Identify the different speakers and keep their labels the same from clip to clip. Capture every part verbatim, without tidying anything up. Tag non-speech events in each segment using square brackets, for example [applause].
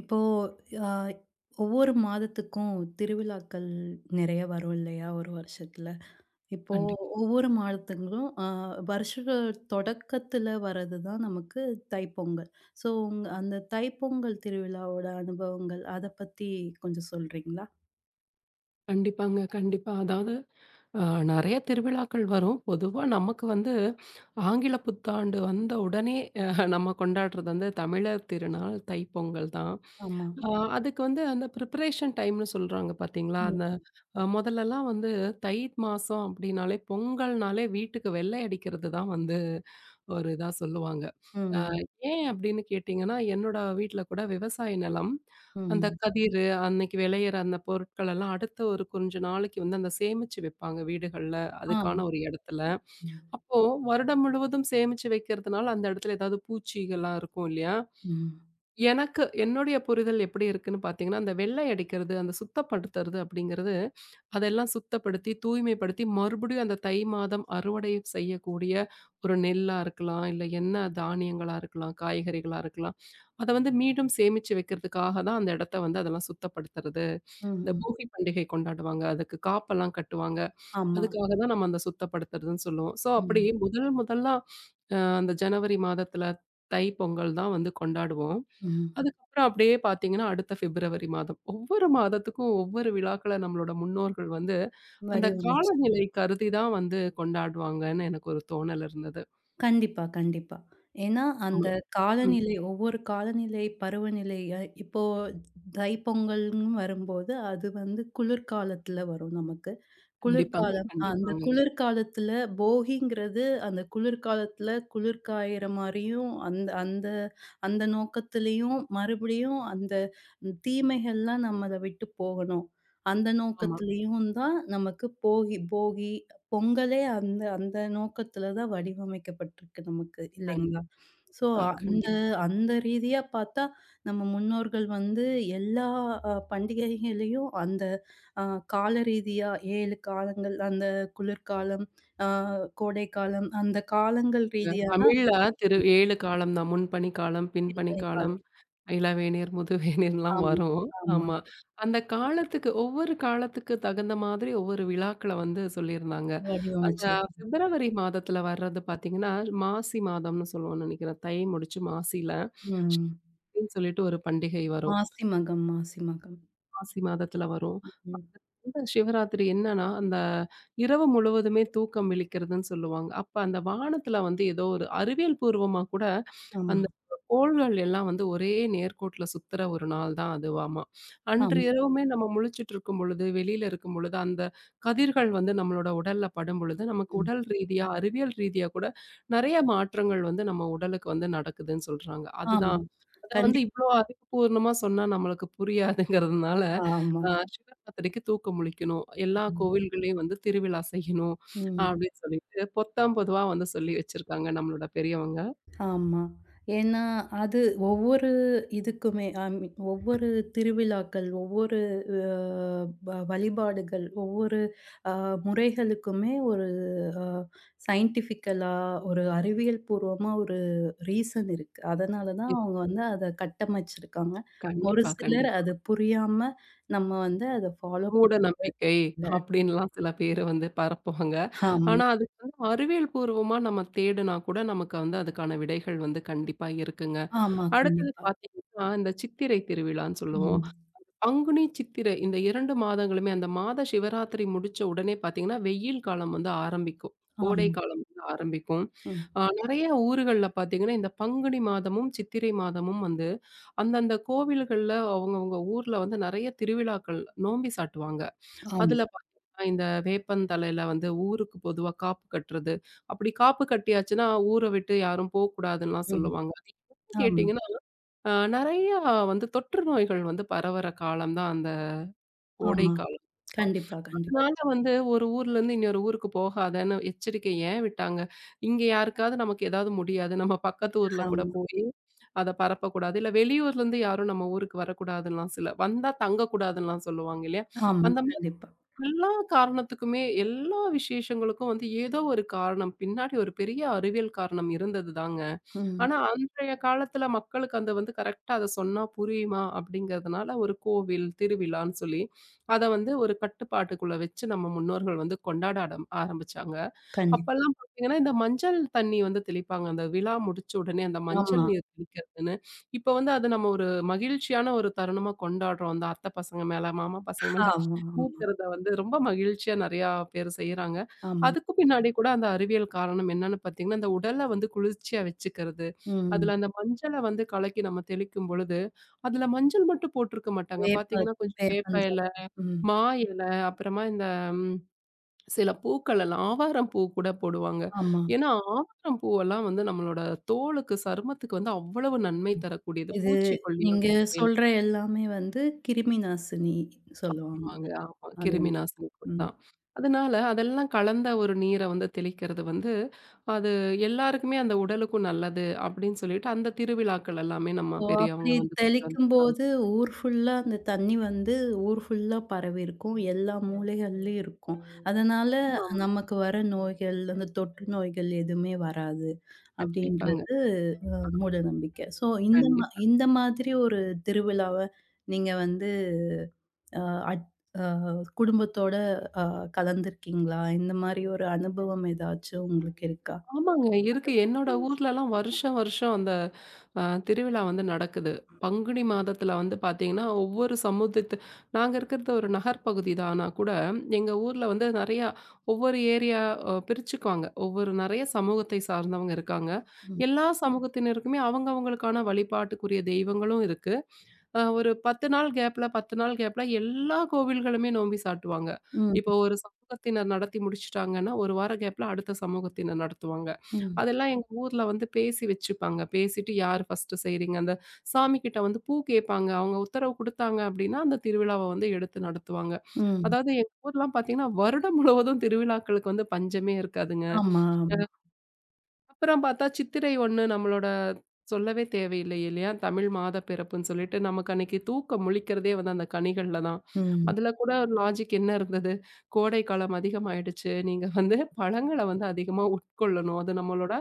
Speaker 1: இப்போ அ ஒவ்வொரு மாதத்துக்கும் திருவிழாக்கள் நிறைய வரும் இல்லையா? ஒரு வருஷத்துல. இப்போ
Speaker 2: கண்டிப்பா,
Speaker 1: ஒவ்வொரு மாதத்துங்களும் அ வருஷ தொடக்கத்துல வர்றது தான் நமக்கு தைப்பொங்கல். ஸோ உங்க அந்த தைப்பொங்கல் திருவிழாவோட அனுபவங்கள் அத பத்தி கொஞ்சம் சொல்றீங்களா?
Speaker 2: கண்டிப்பாங்க. கண்டிப்பா. அதாவது அ நெறைய திருவிழாக்கள் வரும். பொதுவா நமக்கு வந்து ஆங்கில புத்தாண்டு வந்த உடனே அ நம்ம கொண்டாடுறது வந்து தமிழர் திருநாள் தைப்பொங்கல் தான்.
Speaker 1: ஆமா.
Speaker 2: ஆ அதுக்கு வந்து அந்த ப்ரிப்பரேஷன் டைம்னு சொல்றாங்க பார்த்தீங்களா?
Speaker 1: ம்.
Speaker 2: அந்த அ மொதல்லலாம் வந்து தை மாசம் அப்டின்னாலே பொங்கல்னாலே வீட்டுக்கு வெள்ளை அடிக்கிறது தான் வந்து ஒரு இதா சொல்லுவாங்க. அ
Speaker 1: ம்.
Speaker 2: ஏன் அப்டின்னு கேட்டீங்கன்னா, என்னோட வீட்ல கூட விவசாய நிலம். அந்த
Speaker 1: ம்.
Speaker 2: கதிரு அன்னைக்கு விளையிற அந்த பொருட்கள் எல்லாம் அடுத்த ஒரு கொஞ்ச நாளைக்கு வந்து அந்த சேமிச்சு வைப்பாங்க வீடுகள்ல. அதுக்கான
Speaker 1: ஆமா.
Speaker 2: ஒரு இடத்துல.
Speaker 1: ம்.
Speaker 2: அப்போ வருடம் முழுவதும் சேமிச்சு வைக்கிறதுனால அந்த இடத்துல ஏதாவது பூச்சிகள்லாம் இருக்கும் இல்லையா?
Speaker 1: ம்.
Speaker 2: எனக்கு என்னுடைய புரிதல் எப்படி இருக்குன்னு பார்த்தீங்கன்னா, அந்த வெள்ளை அடிக்கிறது, அந்த சுத்தப்படுத்துறது அப்படிங்கிறது, அதெல்லாம் சுத்தப்படுத்தி, தூய்மைப்படுத்தி மறுபடியும் அந்த தை மாதம் அறுவடை செய்யக்கூடிய ஒரு நெல்லா இருக்கலாம், இல்ல என்ன தானியங்களா இருக்கலாம், காய்கறிகளா இருக்கலாம். அத வந்து மீண்டும் சேமிச்சு வைக்கிறதுக்காக தான் அந்த இடத்த வந்து அதெல்லாம் சுத்தப்படுத்துறது. இந்த
Speaker 1: ம்.
Speaker 2: போகி பண்டிகை கொண்டாடுவாங்க. அதுக்கு காப்பெல்லாம் கட்டுவாங்க.
Speaker 1: ஆமா.
Speaker 2: அதுக்காக தான் நம்ம அந்த சுத்தப்படுத்துறதுன்னு சொல்லுவோம். ஸோ, அப்படி
Speaker 1: ம்.
Speaker 2: முதல் முதலா அ அந்த ஜனவரி மாதத்துல தை பொங்கல் தான் வந்து கொண்டாடுவோம்.
Speaker 1: ம்.
Speaker 2: அதுக்கப்புறம் அப்படியே பார்த்தீங்கன்னா, அடுத்த பிப்ரவரி மாதம். ஒவ்வொரு மாதத்துக்கும் ஒவ்வொரு விழாக்கள நம்மளோட முன்னோர்கள் வந்து, அந்த
Speaker 1: வடிவமைச்சு.
Speaker 2: காலநிலை கருதி தான் வந்து கொண்டாடுவாங்கன்னு எனக்கு ஒரு தோணல் இருந்தது.
Speaker 1: கண்டிப்பா, கண்டிப்பா. ஏன்னா,
Speaker 2: ஆமா.
Speaker 1: அந்த
Speaker 2: ம்.
Speaker 1: காலநிலை ஒவ்வொரு காலநிலை, பருவநிலை அ இப்போ தைப்பொங்கல்னு வரும்போது, அது வந்து குளிர்காலத்துல வரும் நமக்கு.
Speaker 2: கண்டிப்பாங்க,
Speaker 1: குளிர்காலம் அந்த
Speaker 2: கண்டிப்பாங்க.
Speaker 1: குளிர்காலத்துல போகிங்கிறது, அந்த குளிர்காலத்துல குளிர் காயிற மாரியும், அந்த அந்த அந்த நோக்கத்திலயும் மறுபடியும் அந்த தீமைகள்லாம் நம்மள விட்டு போகணும். அந்த
Speaker 2: ஆமா.
Speaker 1: நோக்கத்திலயும் தான் நமக்கு போகி போகி பொங்கலே அந்த அந்த நோக்கத்துல தான் வடிவமைக்கப்பட்டிருக்கு நமக்கு
Speaker 2: கண்டிப்பா,
Speaker 1: இல்லைங்களா? ஸோ அந்த
Speaker 2: கண்டிப்பாங்க.
Speaker 1: அந்த ரீதியா பார்த்தா, நம்ம முன்னோர்கள் வந்து எல்லா அ பண்டிகைகளையும் அந்த அ கால ரீதியா ஏழு காலங்கள், அந்த குளிர்காலம், அ கோடைக்காலம் அந்த காலங்கள் ரீதியா தான்
Speaker 2: தமிழ்ல திரு ஏழு காலம் தான். முன்பனி காலம், பின்பனி
Speaker 1: விற்பனை
Speaker 2: காலம்,
Speaker 1: காலம்.
Speaker 2: இளவேனிர், முதுவேனிர்லாம்
Speaker 1: ஆமா,
Speaker 2: வரும்.
Speaker 1: ஆமா.
Speaker 2: ஆமா. அந்த காலத்துக்கு ஒவ்வொரு காலத்துக்கு தகுந்த மாதிரி ஒவ்வொரு விழாக்கள வந்து சொல்லியிருந்தாங்க. அந்த
Speaker 1: வடிவமைச்சது.
Speaker 2: பிப்ரவரி மாதத்துல வர்றது பார்த்தீங்கன்னா, மாசி மாதம்னு சொல்லுவோம்னு நெனைக்கிறேன். தை முடிச்சு மாசியில
Speaker 1: ம்.
Speaker 2: சஷ்டின்னு சொல்லிட்டு ஒரு பண்டிகை வரும்.
Speaker 1: மாசி மகம், மாசி மகம்.
Speaker 2: மாசி மாதத்துல வரும்.
Speaker 1: ம்.
Speaker 2: இந்த சிவராத்திரி என்னன்னா, அந்த இரவு முழுவதுமே தூக்கம் விழிக்கிறதுன்னு சொல்லுவாங்க. அப்ப அந்த வானத்துல வந்து ஏதோ ஒரு அறிவியல் பூர்வமா கூட
Speaker 1: ஆமா,
Speaker 2: அந்த கோள்கள் எல்லாம் வந்து ஒரே நேர்கோட்டுல சுத்துற ஒரு நாள் தான் அதுவாமா. அன்று
Speaker 1: ஆமா.
Speaker 2: இரவுமே நம்ம முழிச்சிட்டு இருக்கும் பொழுது, வெளியில இருக்கும் பொழுது, அந்த கதிர்கள் வந்து நம்மளோட உடல்ல படும் பொழுது, நமக்கு
Speaker 1: ம்.
Speaker 2: உடல் ரீதியா, அறிவியல் ரீதியா கூட நெறைய மாற்றங்கள் வந்து நம்ம உடலுக்கு வந்து நடக்குதுன்னு சொல்றாங்க.
Speaker 1: ஆமா.
Speaker 2: அதுதான். அத வந்து
Speaker 1: கண்டிப்பா.
Speaker 2: இவ்ளோ அறிவுபூர்ணமா சொன்னா நம்மளுக்கு புரியாதுங்கிறதுனால,
Speaker 1: ஆமா.
Speaker 2: அ சிவராத்திரிக்கு தூக்கம் முழிக்கணும். எல்லா
Speaker 1: ம்.
Speaker 2: கோவில்கள்லயும் வந்து திருவிழா செய்யணும்.
Speaker 1: ம்.
Speaker 2: அப்படின்னு சொல்லிட்டு பொத்தாம் பொதுவா வந்து சொல்லி வச்சிருக்காங்க நம்மளோட பெரியவங்க.
Speaker 1: ஆமா. ஏன்னா, அது ஒவ்வொரு இதுக்குமே ஐ மீன் ஒவ்வொரு திருவிழாக்கள், ஒவ்வொரு அ வ வழிபாடுகள், ஒவ்வொரு அ முறைகளுக்குமே ஒரு அ சயின்டிஃபிக்கலா ஒரு அறிவியல் பூர்வமா ஒரு ரீசன் இருக்கு. அதனால தான் அவங்க வந்து அத கட்டமைச்சிருக்காங்க. ஒரு
Speaker 2: கண்டிப்பா,
Speaker 1: சிலர்
Speaker 2: கண்டிப்பா.
Speaker 1: அது புரியாம நம்ம வந்து அத ஃபாலோ
Speaker 2: மூட நம்பிக்கை
Speaker 1: பண்ணல.
Speaker 2: அப்படின்லாம் சில பேரு வந்து பரப்புவாங்க.
Speaker 1: ஆமா,
Speaker 2: ஆனா, அதுக்கு வந்து அறிவியல் பூர்வமா நம்ம தேடுனா கூட நமக்கு வந்து அதுக்கான விடைகள் வந்து கண்டிப்பா இருக்குங்க.
Speaker 1: ஆமா.
Speaker 2: அடுத்தது
Speaker 1: கண்டிப்பா.
Speaker 2: பார்த்தீங்கன்னா, இந்த சித்திரை திருவிழான்னு சொல்லுவோம்.
Speaker 1: ம்.
Speaker 2: பங்குனி, சித்திரை இந்த இரண்டு மாதங்களுமே அந்த மாத சிவராத்திரி முடிச்ச உடனே பார்த்தீங்கன்னா, வெயில் காலம் வந்து ஆரம்பிக்கும். கோடை
Speaker 1: ஆமா.
Speaker 2: காலம் வந்து ஆரம்பிக்கும்.
Speaker 1: ம்.
Speaker 2: அ நெறைய ஊர்கள்ல பார்த்தீங்கன்னா, இந்த பங்குனி மாதமும், சித்திரை மாதமும் வந்து அந்தந்த கோவில்கள்ல அவங்கவங்க ஊர்ல வந்து நெறைய திருவிழாக்கள் நோம்பி சாட்டுவாங்க.
Speaker 1: ஆமா.
Speaker 2: அதுல பார்த்தீங்கன்னா, இந்த வேப்பந்தழையில வந்து ஊருக்கு பொதுவா காப்பு கட்டுறது. அப்படி காப்பு கட்டியாச்சுன்னா, ஊர விட்டு யாரும் போக்கூடாதுன்னுலாம்
Speaker 1: ம்.
Speaker 2: சொல்லுவாங்க. அது ஏன்னு
Speaker 1: ஆமா,
Speaker 2: கேட்டீங்கன்னா, அ நெறையா வந்து தொற்று நோய்கள் வந்து பரவற காலம் தான் அந்த கோடை
Speaker 1: ஆமா.
Speaker 2: காலம்.
Speaker 1: கண்டிப்பா, கண்டிப்பா.
Speaker 2: அதனால வந்து ஒரு ஊர்லேருந்து இன்னொரு ஊருக்கு போகாதன்னு எச்சரிக்கை ஏன் விட்டாங்க? இங்க யாருக்காவது நமக்கு ஏதாவது முடியாது. நம்ம பக்கத்து ஊர்ல கூட
Speaker 1: ஆமா,
Speaker 2: போய் அத பரப்பக்கூடாது. இல்ல வெளியூர்லேருந்து யாரும் நம்ம ஊருக்கு வரக்கூடாதுன்னுலாம் சில வந்தா தங்கக்கூடாதுன்னுலாம் சொல்லுவாங்க இல்லையா?
Speaker 1: ஆமா.
Speaker 2: அந்த மாதிரி
Speaker 1: கண்டிப்பா.
Speaker 2: எல்லா காரணத்துக்குமே, எல்லா விசேஷங்களுக்கும் வந்து ஏதோ ஒரு காரணம், பின்னாடி ஒரு பெரிய அறிவியல் காரணம் இருந்தது தாங்க.
Speaker 1: ம்.
Speaker 2: ஆனா, அன்றைய காலத்துல மக்களுக்கு அது வந்து கரெக்ட்டா அத சொன்னா புரியுமா? அப்படிங்கிறதுனால ஒரு கோவில், திருவிழான்னு சொல்லி, அத வந்து ஒரு கட்டுப்பாட்டுக்குள்ள வச்சு நம்ம முன்னோர்கள் வந்து கொண்டாட ஆடம் ஆரம்பிச்சாங்க.
Speaker 1: கண்டிப்பா.
Speaker 2: அப்பல்லாம் பார்த்தீங்கன்னா, இந்த மஞ்சள் தண்ணி வந்து தெளிப்பாங்க. அந்த விழா முடிச்ச உடனே அந்த
Speaker 1: ஆமா,
Speaker 2: மஞ்சள் நீர் தெளிக்கிறதுன்னு. இப்ப வந்து அத நம்ம ஒரு மகிழ்ச்சியான ஒரு தருணமா கொண்டாடுறோம். அந்த அத்தை பசங்க மேல, மாமா பசங்க மேல
Speaker 1: ஆமா, ஆமா,
Speaker 2: ஊத்துறத வந்து ரொம்ப மகிழ்ச்சியா நெறையா பேர் செய்றாங்க.
Speaker 1: ஆமா.
Speaker 2: அதுக்கு பின்னாடி கூட அந்த அறிவியல் காரணம் என்னன்னு பார்த்தீங்கன்னா, அந்த உடல வந்து குளிர்ச்சியா வச்சுக்கிறது.
Speaker 1: ம்.
Speaker 2: அதுல அந்த மஞ்சள வந்து கலக்கி நம்ம தெளிக்கும் பொழுது, அதுல மஞ்சள் மட்டும் போட்டிருக்க மாட்டாங்க.
Speaker 1: வேப்ப
Speaker 2: பார்த்தீங்கன்னா, கொஞ்சம் வேப்ப
Speaker 1: வேப்பந்தழை.
Speaker 2: இல,
Speaker 1: ம்.
Speaker 2: மா இல, அப்புறமா இந்த சில பூக்களெல்லாம் ஆவாரம் பூ கூட போடுவாங்க.
Speaker 1: ஆமா.
Speaker 2: ஏன்னா, ஆவாரம் பூவெல்லாம் வந்து நம்மளோட தோலுக்கு, சருமத்துக்கு வந்து அவ்வளவு நன்மை
Speaker 1: ம்.
Speaker 2: தரக்கூடியது.
Speaker 1: இது
Speaker 2: பூச்சிக்கொல்லியா
Speaker 1: நீங்க
Speaker 2: வந்து
Speaker 1: சொல்ற எல்லாமே வந்து கிருமி நாசினி சொல்லுவாங்க.
Speaker 2: செயல்படுமாங்க. ஆமா,
Speaker 1: அது.
Speaker 2: கிருமி நாசினி கூட
Speaker 1: ம்.
Speaker 2: தான். அதனால அதெல்லாம் கலந்த ஒரு நீர வந்து தெளிக்கிறது வந்து, அது எல்லாருக்குமே அந்த உடலுக்கும் நல்லது அப்படின்னு சொல்லிட்டு, அந்த திருவிழாக்கள் எல்லாமே நம்ம
Speaker 1: ஸோ அப்படி
Speaker 2: பெரியவங்க வந்து கொண்டு வந்துருக்காங்க.
Speaker 1: தெளிக்கும்போது ஊர் ஃபுல்லா அந்த தண்ணி வந்து ஊர் ஃபுல்லா பரவியிருக்கும். எல்லா மூலைகள்லயும் இருக்கும். அதனால
Speaker 2: ஆமா, ஆமா.
Speaker 1: நமக்கு வர நோய்கள், அந்த தொற்று நோய்கள் எதுவுமே வராது.
Speaker 2: கண்டிப்பாங்க.
Speaker 1: அப்படின்றது மூட நம்பிக்கை. ஸோ இந்த மா
Speaker 2: கண்டிப்பா.
Speaker 1: இந்த மாதிரி ஒரு திருவிழாவ நீங்க வந்து அ அட் அ குடும்பத்தோட அ கலந்திருக்கீங்களா? இந்த மாரி ஒரு அனுபவம் ஏதாச்சும் உங்களுக்கு இருக்கா?
Speaker 2: ஆமாங்க.
Speaker 1: அத
Speaker 2: இருக்கு. என்னோட
Speaker 1: பத்தி சொல்
Speaker 2: ஊர்லலாம் வருஷம் வருஷம் அந்த அ திருவிழா வந்து நடக்குது. பங்குனி மாதத்தில வந்து பார்த்தீங்கன்னா, ஒவ்வொரு சமுதத்து நாங்க இருக்கிறது ஒரு நகர்ப்பகுதி தான். ஆனா கூட எங்க ஊர்ல வந்து நெறையா ஒவ்வொரு ஏரியா அ பிரிச்சுக்குவாங்க. ஒவ்வொரு நெறைய சமூகத்தை சார்ந்தவங்க இருக்காங்க.
Speaker 1: ம்.
Speaker 2: எல்லா சமூகத்தினருக்குமே அவங்கவங்களுக்கான வழிபாட்டுக்குரிய தெய்வங்களும் இருக்கு. அ ஒரு பத்து நாள் கேப்ல பத்து நாள் கேப்ல எல்லா கோவில்களுமே நோம்பி சாட்டுவாங்க.
Speaker 1: ம்.
Speaker 2: இப்போ ஒரு சமூகத்தினர் நடத்தி முடிச்சுட்டாங்கன்னா, ஒரு வார கேப்ல அடுத்த சமூகத்தினர் நடத்துவாங்க.
Speaker 1: ம்.
Speaker 2: அதெல்லாம் எங்க ஊர்ல வந்து பேசி வச்சுப்பாங்க. பேசிட்டு யார் ஃபர்ஸ்ட்டு செய்றீங்க? அந்த சாமி கிட்ட வந்து பூ கேட்பாங்க. அவங்க உத்தரவு குடுத்தாங்க அப்டின்னா, அந்த திருவிழாவ வந்து எடுத்து நடத்துவாங்க.
Speaker 1: ம்.
Speaker 2: அதாவது எங்க ஊர்லாம் பார்த்தீங்கன்னா, வருடம் முழுவதும் திருவிழாக்களுக்கு வந்து பஞ்சமே இருக்காதுங்க.
Speaker 1: ஆமா, ஆமா.
Speaker 2: அப்புறம் பார்த்தா சித்திரை ஒன்று நம்மளோட சொல்லவே தேவையில்லை இல்லையா? தமிழ் மாதப்பிறப்புன்னு சொல்லிட்டு, நமக்கு அன்னைக்கு தூக்கம் முழிக்கிறதே வந்து அந்த கனிகள்ல தான்.
Speaker 1: ம்.
Speaker 2: அதுல கூட ஒரு லாஜிக் என்ன இருந்தது? கோடைக்காலம் அதிகமாயிடுச்சு. நீங்க வந்து பழங்கள வந்து அதிகமா உட்கொள்ளணும். அது நம்மளோட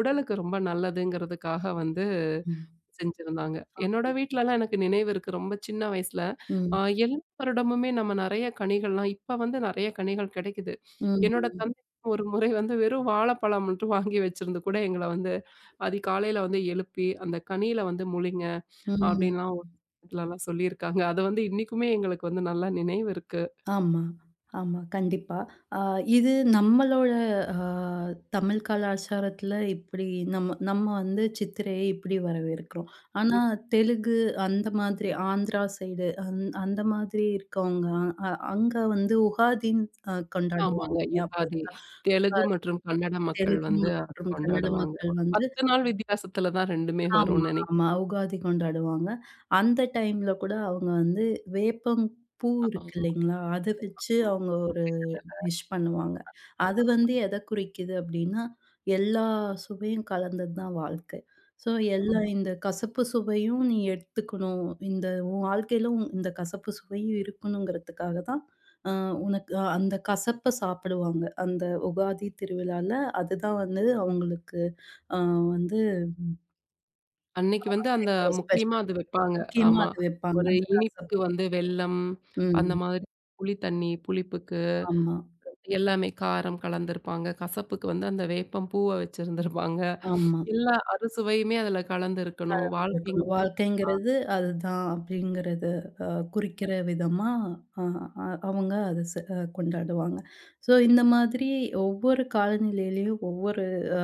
Speaker 2: உடலுக்கு ரொம்ப நல்லதுங்கிறதுக்காக வந்து
Speaker 1: ம்.
Speaker 2: செஞ்சிருந்தாங்க. என்னோட வீட்லலாம் எனக்கு நினைவு இருக்கு. ரொம்ப சின்ன வயசுல,
Speaker 1: ம்.
Speaker 2: அ எல்லா வருடமுமே நம்ம நெறைய கனிகள்லாம் இப்ப வந்து நெறைய கனிகள் கெடைக்குது. என்னோட
Speaker 1: ம்.
Speaker 2: ஒரு முறை வந்து வெறும் வாழைப்பழம் மட்டும் வாங்கி வச்சிருந்து கூட எங்கள வந்து அதிகாலையில வந்து எழுப்பி, அந்த கனியில வந்து முழிங்க
Speaker 1: ம்.
Speaker 2: அப்படின்லாம் ஒரு இதுலலாம் சொல்லியிருக்காங்க. அது வந்து இன்னைக்குமே எங்களுக்கு வந்து நல்லா நினைவு இருக்கு.
Speaker 1: ஆமா, ஆமா. கண்டிப்பா. அ இது நம்மளோட அ தமிழ் கலாச்சாரத்துல இப்படி நம்ம நம்ம வந்து சித்திரையை இப்படி வரவேற்கிறோம். ஆனா
Speaker 2: ம்.
Speaker 1: தெலுங்கு அந்த மாதிரி ஆந்திரா சைடு அந் அந்த மாதிரி இருக்கவங்க அ அங்க வந்து உகாதின்னு அ கொண்டாடுவாங்க.
Speaker 2: ஆமாங்க.
Speaker 1: ஞாபகம்
Speaker 2: யுகாதி.
Speaker 1: இருக்கா? அ
Speaker 2: தெலுங்கு மற்றும் கன்னட மக்கள்
Speaker 1: தெலுங்கு
Speaker 2: வந்து அத
Speaker 1: மற்றும் கன்னட
Speaker 2: கொண்டாடுவாங்க.
Speaker 1: மக்கள்
Speaker 2: ஒரு
Speaker 1: வந்து
Speaker 2: பத்து நாள் வித்தியாசத்துல தான் இரண்டுமே
Speaker 1: ஆமா,
Speaker 2: வரும்னு
Speaker 1: ஆமா.
Speaker 2: நெனைக்கிறேன்.
Speaker 1: உகாதி கொண்டாடுவாங்க. அந்த டைம்ல கூட அவங்க வந்து வேப்பம் பூ
Speaker 2: ஆமா.
Speaker 1: இருக்கு இல்லைங்களா? அத வச்சு அவங்க ஒரு டிஷ் பண்ணுவாங்க. அது வந்து எத குறிக்குது அப்டின்னா, எல்லா சுவையும் கலந்தது தான் வாழ்க்கை. ஸோ எல்லா
Speaker 2: ஆமா.
Speaker 1: இந்த கசப்பு சுவையும் நீ எடுத்துக்கணும். இந்த உன் வாழ்க்கையில உன் இந்த கசப்பு சுவையும் இருக்கணுங்கிறதுக்காக தான், அ உனக்கு ஆஹ் அந்த கசப்ப சாப்பிடுவாங்க. அந்த உகாதி திருவிழால அதுதான் வந்து அவங்களுக்கு அ வந்து
Speaker 2: அன்னைக்கு வந்து அந்த
Speaker 1: [laughs]
Speaker 2: முக்கியமா
Speaker 1: ஸ்பெஷல்.
Speaker 2: அது வைப்பாங்க.
Speaker 1: முக்கியமா
Speaker 2: ஆமா.
Speaker 1: அது வைப்பாங்க.
Speaker 2: ஒரு
Speaker 1: அந்த கசப்பு.
Speaker 2: இனிப்புக்கு வந்து வெல்லம், அந்த
Speaker 1: ம்.
Speaker 2: மாதிரி புளி தண்ணி, புளிப்புக்கு
Speaker 1: ஆமா,
Speaker 2: எல்லாமே காரம் கலந்திருப்பாங்க. கசப்புக்கு வந்து அந்த வேப்பம் பூவ வச்சிருந்திருப்பாங்க.
Speaker 1: ஆமா.
Speaker 2: எல்லா அறுசுவையுமே அதுல கலந்திருக்கணும்.
Speaker 1: இருக்கணும்.
Speaker 2: வாழ்க்கைங்கிறது அப்படி
Speaker 1: வாழ்க்கைங்கிறது அதுதான் அப்படிங்கிறத அ குறிக்கிற விதமா அ அ அவங்க அத செ அ கொண்டாடுவாங்க. ஸோ இந்த மாதிரி ஒவ்வொரு காலநிலையிலயும் ஒவ்வொரு அ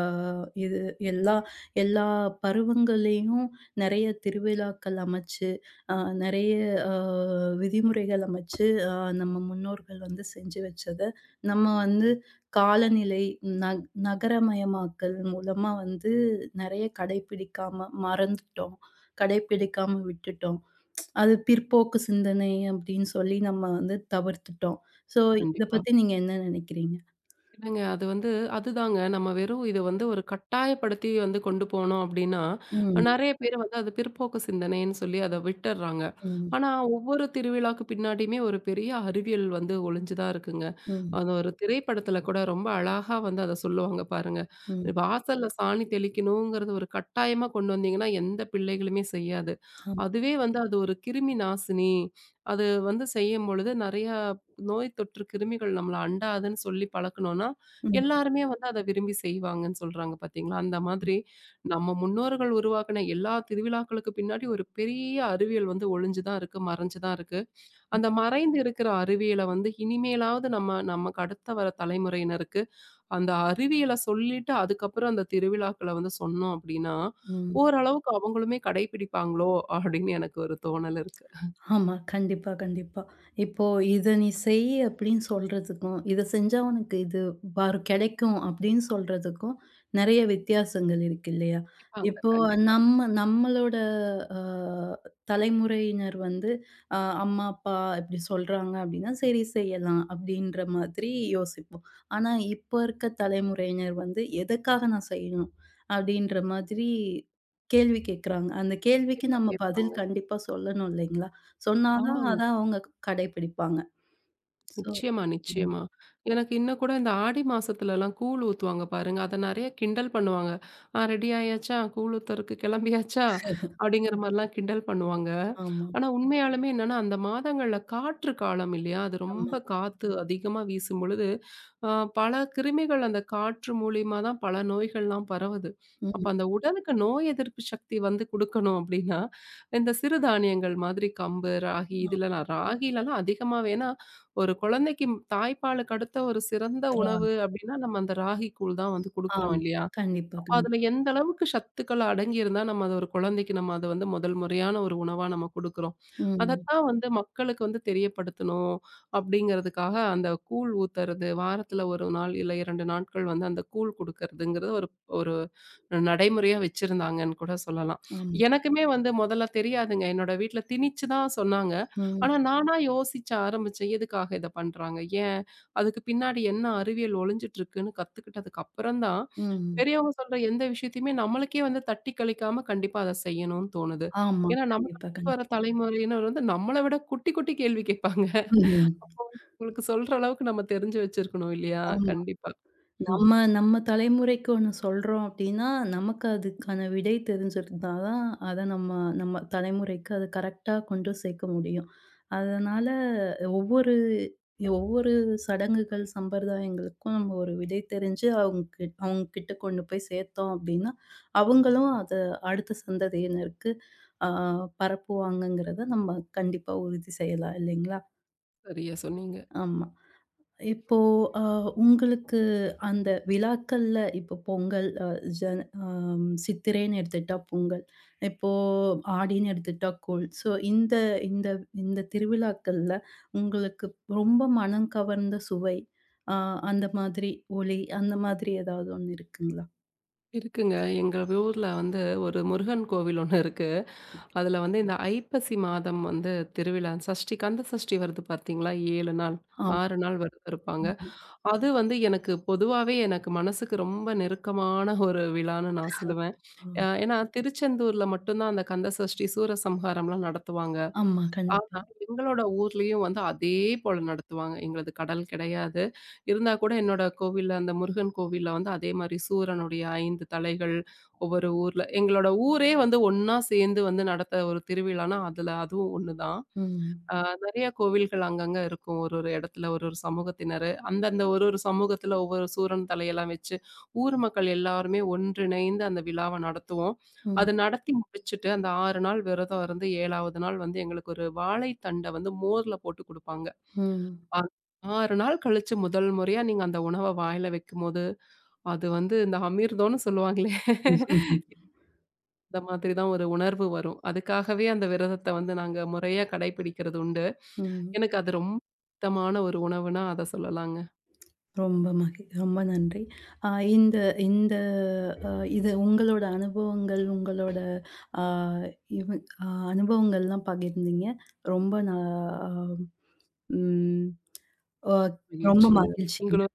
Speaker 1: இது எல்லா எல்லா பருவங்கள்லயும் நெறைய திருவிழாக்கள் அமைச்சு, அ நெறைய அ விதிமுறைகள் அமைச்சு, அ நம்ம முன்னோர்கள் வந்து செஞ்சு வச்சத நம்ம வந்து காலநிலை நக நகரமயமாக்கல் மூலமா வந்து நெறைய கடைப்பிடிக்காம மறந்துட்டோம். கடைப்பிடிக்காம விட்டுட்டோம். அது பிற்போக்கு சிந்தனை அப்படின்னு சொல்லி நம்ம வந்து தவிர்த்துட்டோம். ஸோ இத
Speaker 2: கண்டிப்பா.
Speaker 1: பத்தி நீங்க என்ன நினைக்கிறீங்க?
Speaker 2: இல்லங்க. அது வந்து அதுதாங்க. நம்ம வெறும் இத வந்து ஒரு கட்டாயப்படுத்தி வந்து கொண்டு போனோம் அப்டின்னா,
Speaker 1: ம்,
Speaker 2: நெறைய பேர் வந்து அது பிற்போக்கு சிந்தனைன்னு சொல்லி அத விட்டுர்றாங்க.
Speaker 1: ம்,
Speaker 2: ஆனா, ஒவ்வொரு திருவிழாக்கு பின்னாடியுமே ஒரு பெரிய அறிவியல் வந்து ஒளிஞ்சு தான் இருக்குங்க.
Speaker 1: ம்,
Speaker 2: அது ஒரு திரைப்படத்துல கூட ரொம்ப அழகா வந்து அத சொல்லுவாங்க பாருங்க.
Speaker 1: ம்.
Speaker 2: வாசல்ல சாணி தெளிக்கணுங்கிறது ஒரு கட்டாயமா கொண்டு வந்தீங்கன்னா, எந்த பிள்ளைகளுமே செய்யாது.
Speaker 1: ஆம்.
Speaker 2: அதுவே வந்து அது ஒரு கிருமி நாசினி. அது வந்து செய்யும்பொழுது நெறையா நோய் தொற்று கிருமிகள் நம்மள அண்டாதுன்னு சொல்லி பழக்கணும்னா,
Speaker 1: ம்,
Speaker 2: எல்லாருமே வந்து அத விரும்பி செய்வாங்கன்னு சொல்றாங்க பார்த்தீங்களா? அந்த மாதிரி நம்ம முன்னோர்கள் உருவாக்குன எல்லா திருவிழாக்களுக்கு பின்னாடி ஒரு பெரிய அறிவியல் வந்து ஒளிஞ்சு தான் இருக்கு, மறைஞ்சு தான் இருக்கு.
Speaker 1: ம்,
Speaker 2: அந்த மறைந்து இருக்கிற அறிவியல வந்து இனிமேலாவது நம்ம நமக்கு அடுத்த வர தலைமுறையினருக்கு அந்த அறிவியல சொல்லிட்டு அதுக்கப்புறம் அந்த திருவிழாக்கள வந்து சொன்னோம் அப்டின்னா,
Speaker 1: ம்.
Speaker 2: ஓரளவுக்கு அவங்களுமே கடைபிடிப்பாங்களோ? அப்டின்னு எனக்கு ஒரு தோணல் இருக்கு.
Speaker 1: ஆமா. கண்டிப்பா, கண்டிப்பா. இப்போ இத நீ செய் அப்படின்னு சொல்றதுக்கும், இத செஞ்சா உனக்கு இது பாரு கிடைக்கும் அப்படின்னு சொல்றதுக்கும் நெறைய வித்தியாசங்கள் இருக்கு இல்லையா?
Speaker 2: கண்டிப்பாங்க,
Speaker 1: இப்போ
Speaker 2: கண்டிப்பா.
Speaker 1: நம்ம நம்மளோட அ தலைமுறையினர் வந்து அ அம்மா, அப்பா இப்படி சொல்றாங்க அப்படின்னா, சரி செய்யலாம் அப்படின்ற மாதிரி யோசிப்போம். ஆனா இப்ப இருக்க தலைமுறையினர் வந்து எதுக்காக நான் செய்யணும்? அப்படின்ற மாதிரி கேள்வி கேட்கறாங்க. அந்த கேள்விக்கு நம்ம பதில்
Speaker 2: கேட்பாங்க.
Speaker 1: கண்டிப்பா சொல்லணும் இல்லைங்களா? சொன்னா தான்
Speaker 2: ஆமாங்க.
Speaker 1: அத அவங்க கடைபிடிப்பாங்க. சோ
Speaker 2: நிச்சயமா,
Speaker 1: ம்.
Speaker 2: நிச்சயமா. எனக்கு இன்னும் கூட இந்த ஆடி மாசத்துலலாம் கூழ் ஊத்துவாங்க பாருங்க. அத நெறைய கிண்டல் பண்ணுவாங்க. "ஆ ரெடி ஆயாச்சா? கூழ் ஊத்தறக்கு கிளம்பியாச்சா?" அப்படிங்கிற மாரிலாம் கிண்டல் பண்ணுவாங்க.
Speaker 1: ஆமா,
Speaker 2: ஆனா உண்மையாலுமே என்னன்னா, அந்த மாதங்கள்ல காற்று காலம் இல்லையா? அது
Speaker 1: ஆமா.
Speaker 2: ரொம்ப காத்து அதிகமா வீசும்பொழுது, அ பல கிருமிகள் அந்த காற்று மூலியமா தான் பல நோய்கள்லாம் பரவுது. அப்ப
Speaker 1: ம்.
Speaker 2: அந்த உடலுக்கு நோய் எதிர்ப்பு சக்தி வந்து குடுக்கணும் அப்படின்னா, இந்த சிறு தானியங்கள் மாதிரி கம்பு, ராகி இதுல நான் ராகிலலாம் அதிகமா வேணா ஒரு குழந்தைக்கு தாய்ப்பாலுக்கு அடுத்த ஒரு சிறந்த
Speaker 1: அப்புறம்.
Speaker 2: உணவு அப்படின்னா, நம்ம அந்த ராகி கூழ் தான் வந்து குடுக்குறோம்
Speaker 1: ஆமா.
Speaker 2: இல்லையா?
Speaker 1: கண்டிப்பா, கண்டிப்பா.
Speaker 2: அதுல எந்த அளவுக்கு சத்துக்கள் அடங்கியிருந்தா, நம்ம அத ஒரு குழந்தைக்கு நம்ம அத வந்து முதல் முறையான ஒரு உணவா நம்ம குடுக்குறோம்.
Speaker 1: ம்.
Speaker 2: அதத்தான் வந்து மக்களுக்கு வந்து தெரியப்படுத்தணும் அப்படிங்கிறதுக்காக, அந்த கூழ் ஊத்துறது, வாரத்துல ஒரு நாள் இல்ல இரண்டு நாட்கள் வந்து அந்த கூழ் குடுக்கறதுங்கிறது ஒரு ஒரு நடைமுறையா வச்சிருந்தாங்கன்னு கூட சொல்லலாம்.
Speaker 1: ஆமா.
Speaker 2: எனக்குமே வந்து முதல்ல தெரியாதுங்க. என்னோட வீட்ல திணிச்சு தான் சொன்னாங்க.
Speaker 1: ம்.
Speaker 2: ஆனா நானா யோசிச்ச ஆரம்பிச்சேன். எதுக்காக இத பண்றாங்க? ஏன்? அதுக்கு பின்னாடி என்ன அறிவியல் ஒளிஞ்சிட்டு இருக்குன்னு கத்துக்கிட்டதுக்கு அப்புறம் தான்,
Speaker 1: ம்.
Speaker 2: பெரியவங்க சொல்ற எந்த விஷயத்தையுமே நம்மளுக்கே வந்து தட்டி கழிக்காம கண்டிப்பா அத செய்யணும்னு தோணுது.
Speaker 1: ஆமா.
Speaker 2: ஏன்னா நமக்கு
Speaker 1: கண்டிப்பா,
Speaker 2: அடுத்து வர
Speaker 1: கண்டிப்பா.
Speaker 2: தலைமுறையினர் வந்து நம்மள விட குட்டி, குட்டி கேள்வி கேட்பாங்க.
Speaker 1: ம்.
Speaker 2: உங்களுக்கு சொல்ற அளவுக்கு நம்ம தெரிஞ்சு வச்சிருக்கணும் இல்லையா?
Speaker 1: ஆமா.
Speaker 2: கண்டிப்பா. ம்.
Speaker 1: நம்ம நம்ம தலைமுறைக்கு ஒண்ணு சொல்றோம் அப்டின்னா, நமக்கு அதுக்கான விடை தெரிஞ்சிருந்தா தான், அத நம்ம நம்ம தலைமுறைக்கு அத கரெக்ட்டா கொண்டு சேர்க்க முடியும். அதனால ஒவ்வொரு ஒவ்வொரு சடங்குகள், சம்பிரதாயங்களுக்கும் நம்ம ஒரு விடை தெரிஞ்சு அவங்க கிட் அவங்க கிட்ட கொண்டு போய் சேர்த்தோம் அப்டின்னா, அவங்களும் அத அடுத்த சந்ததியினருக்கு அ பரப்புவாங்கங்கிறத நம்ம கண்டிப்பா உறுதி செய்யலாம் இல்லைங்களா?
Speaker 2: சரியா சொன்னீங்க.
Speaker 1: ஆமா. இப்போ அ உங்களுக்கு அந்த விழாக்கள்ல இப்போ பொங்கல் அ ஜன அம் சித்திரைன்னு எடுத்துட்டா பொங்கல். இப்போ ஆடின்னு எடுத்துட்டா கூழ். ஸோ இந்த இந்த இந்த திருவிழாக்கள்ல உங்களுக்கு ரொம்ப மனம் கவர்ந்த சுவை, அ அந்த மாதிரி ஒலி, அந்த மாதிரி ஏதாவது ஒண்ணு இருக்குங்களா?
Speaker 2: இருக்குங்க. எங்க ஊர்ல வந்து ஒரு முருகன் கோவில் ஒண்ணு இருக்கு. அதுல வந்து இந்த ஐப்பசி மாதம் வந்து திருவிழா சஷ்டி கந்த சஷ்டி வருது பார்த்தீங்களா? ஏழு நாள்,
Speaker 1: ஆம்.
Speaker 2: ஆறு நாள் விரதம் இருப்பாங்க. அது வந்து எனக்கு பொதுவாவே எனக்கு மனசுக்கு ரொம்ப நெருக்கமான ஒரு விழான்னு நான் சொல்லுவேன்.
Speaker 1: ஆமா.
Speaker 2: அ ஏன்னா திருச்செந்தூர்ல மட்டும் தான் அந்த கந்த சஷ்டி, சூரசம்ஹாரம்லாம் நடத்துவாங்க.
Speaker 1: ஆமா.
Speaker 2: ஆனா
Speaker 1: கண்டிப்பா.
Speaker 2: எங்களோட ஊர்லயும் வந்து அதே போல நடத்துவாங்க. எங்களது கடல் கிடையாது. இருந்தா கூட என்னோட கோவில்ல அந்த முருகன் கோவில்ல வந்து அதே மாரி சூரனுடைய ஐந்து தலைகள் ஒவ்வொரு ஊர்ல எங்களோட ஊரே வந்து ஒண்ணா சேர்ந்து வந்து நடத்த ஒரு திருவிழான்னா, அதுல அதுவும் ஒண்ணு தான்.
Speaker 1: ம்.
Speaker 2: ஆ நெறைய கோவில்கள் அங்கங்க இருக்கும். ஒரு ஒரு இடத்துல ஒரு ஒரு சமூகத்தினரு. அந்தந்த ஒரு ஒரு சமூகத்துல ஒவ்வொரு சூரன் தலையெல்லாம் வச்சு, ஊர் மக்கள் எல்லாருமே ஒன்றிணைந்து அந்த விழாவ நடத்துவோம்.
Speaker 1: ம்.
Speaker 2: அது நடத்தி முடிச்சுட்டு, அந்த ஆறு நாள் விரதம் இருந்து ஏழாவது நாள் வந்து எங்களுக்கு ஒரு வாழைத்தண்ட வந்து மோர்ல போட்டு குடுப்பாங்க.
Speaker 1: ம்.
Speaker 2: அ ஆறு நாள் கழிச்சு முதல் முறையா நீங்க அந்த உணவ வாயில வைக்கும்போது, அது வந்து இந்த அமிர்தம்னு சொல்லுவாங்களே, [laughs]
Speaker 1: ம்.
Speaker 2: அந்த மாதிரி தான் ஒரு உணர்வு வரும். அதுக்காகவே அந்த விரதத்த வந்து நாங்க முறையா கடைபிடிக்கிறது உண்டு.
Speaker 1: ம்
Speaker 2: எனக்கு அது ரொம்ப பிடித்தமான ஒரு உணவுனா, அத சொல்லலாங்க.
Speaker 1: ரொம்ப மகி ரொம்ப நன்றி. அ இந்த இந்த அ இது உங்களோட அனுபவங்கள், உங்களோட அ இவ் அ அனுபவங்கள்லாம் பகிர்ந்தீங்க. ரொம்ப நா ம். அ ரொம்ப
Speaker 2: மகிழ்ச்சிங்க.
Speaker 1: மகிழ்ச்சிங்க.
Speaker 2: நீங்களும்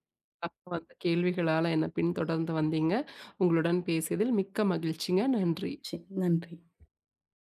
Speaker 2: அந்த கேள்விகளால என்ன பின்தொடர்ந்து வந்தீங்க. உங்களுடன் பேசியதில் மிக்க மகிழ்ச்சிங்க. நன்றி.
Speaker 1: சி நன்றி.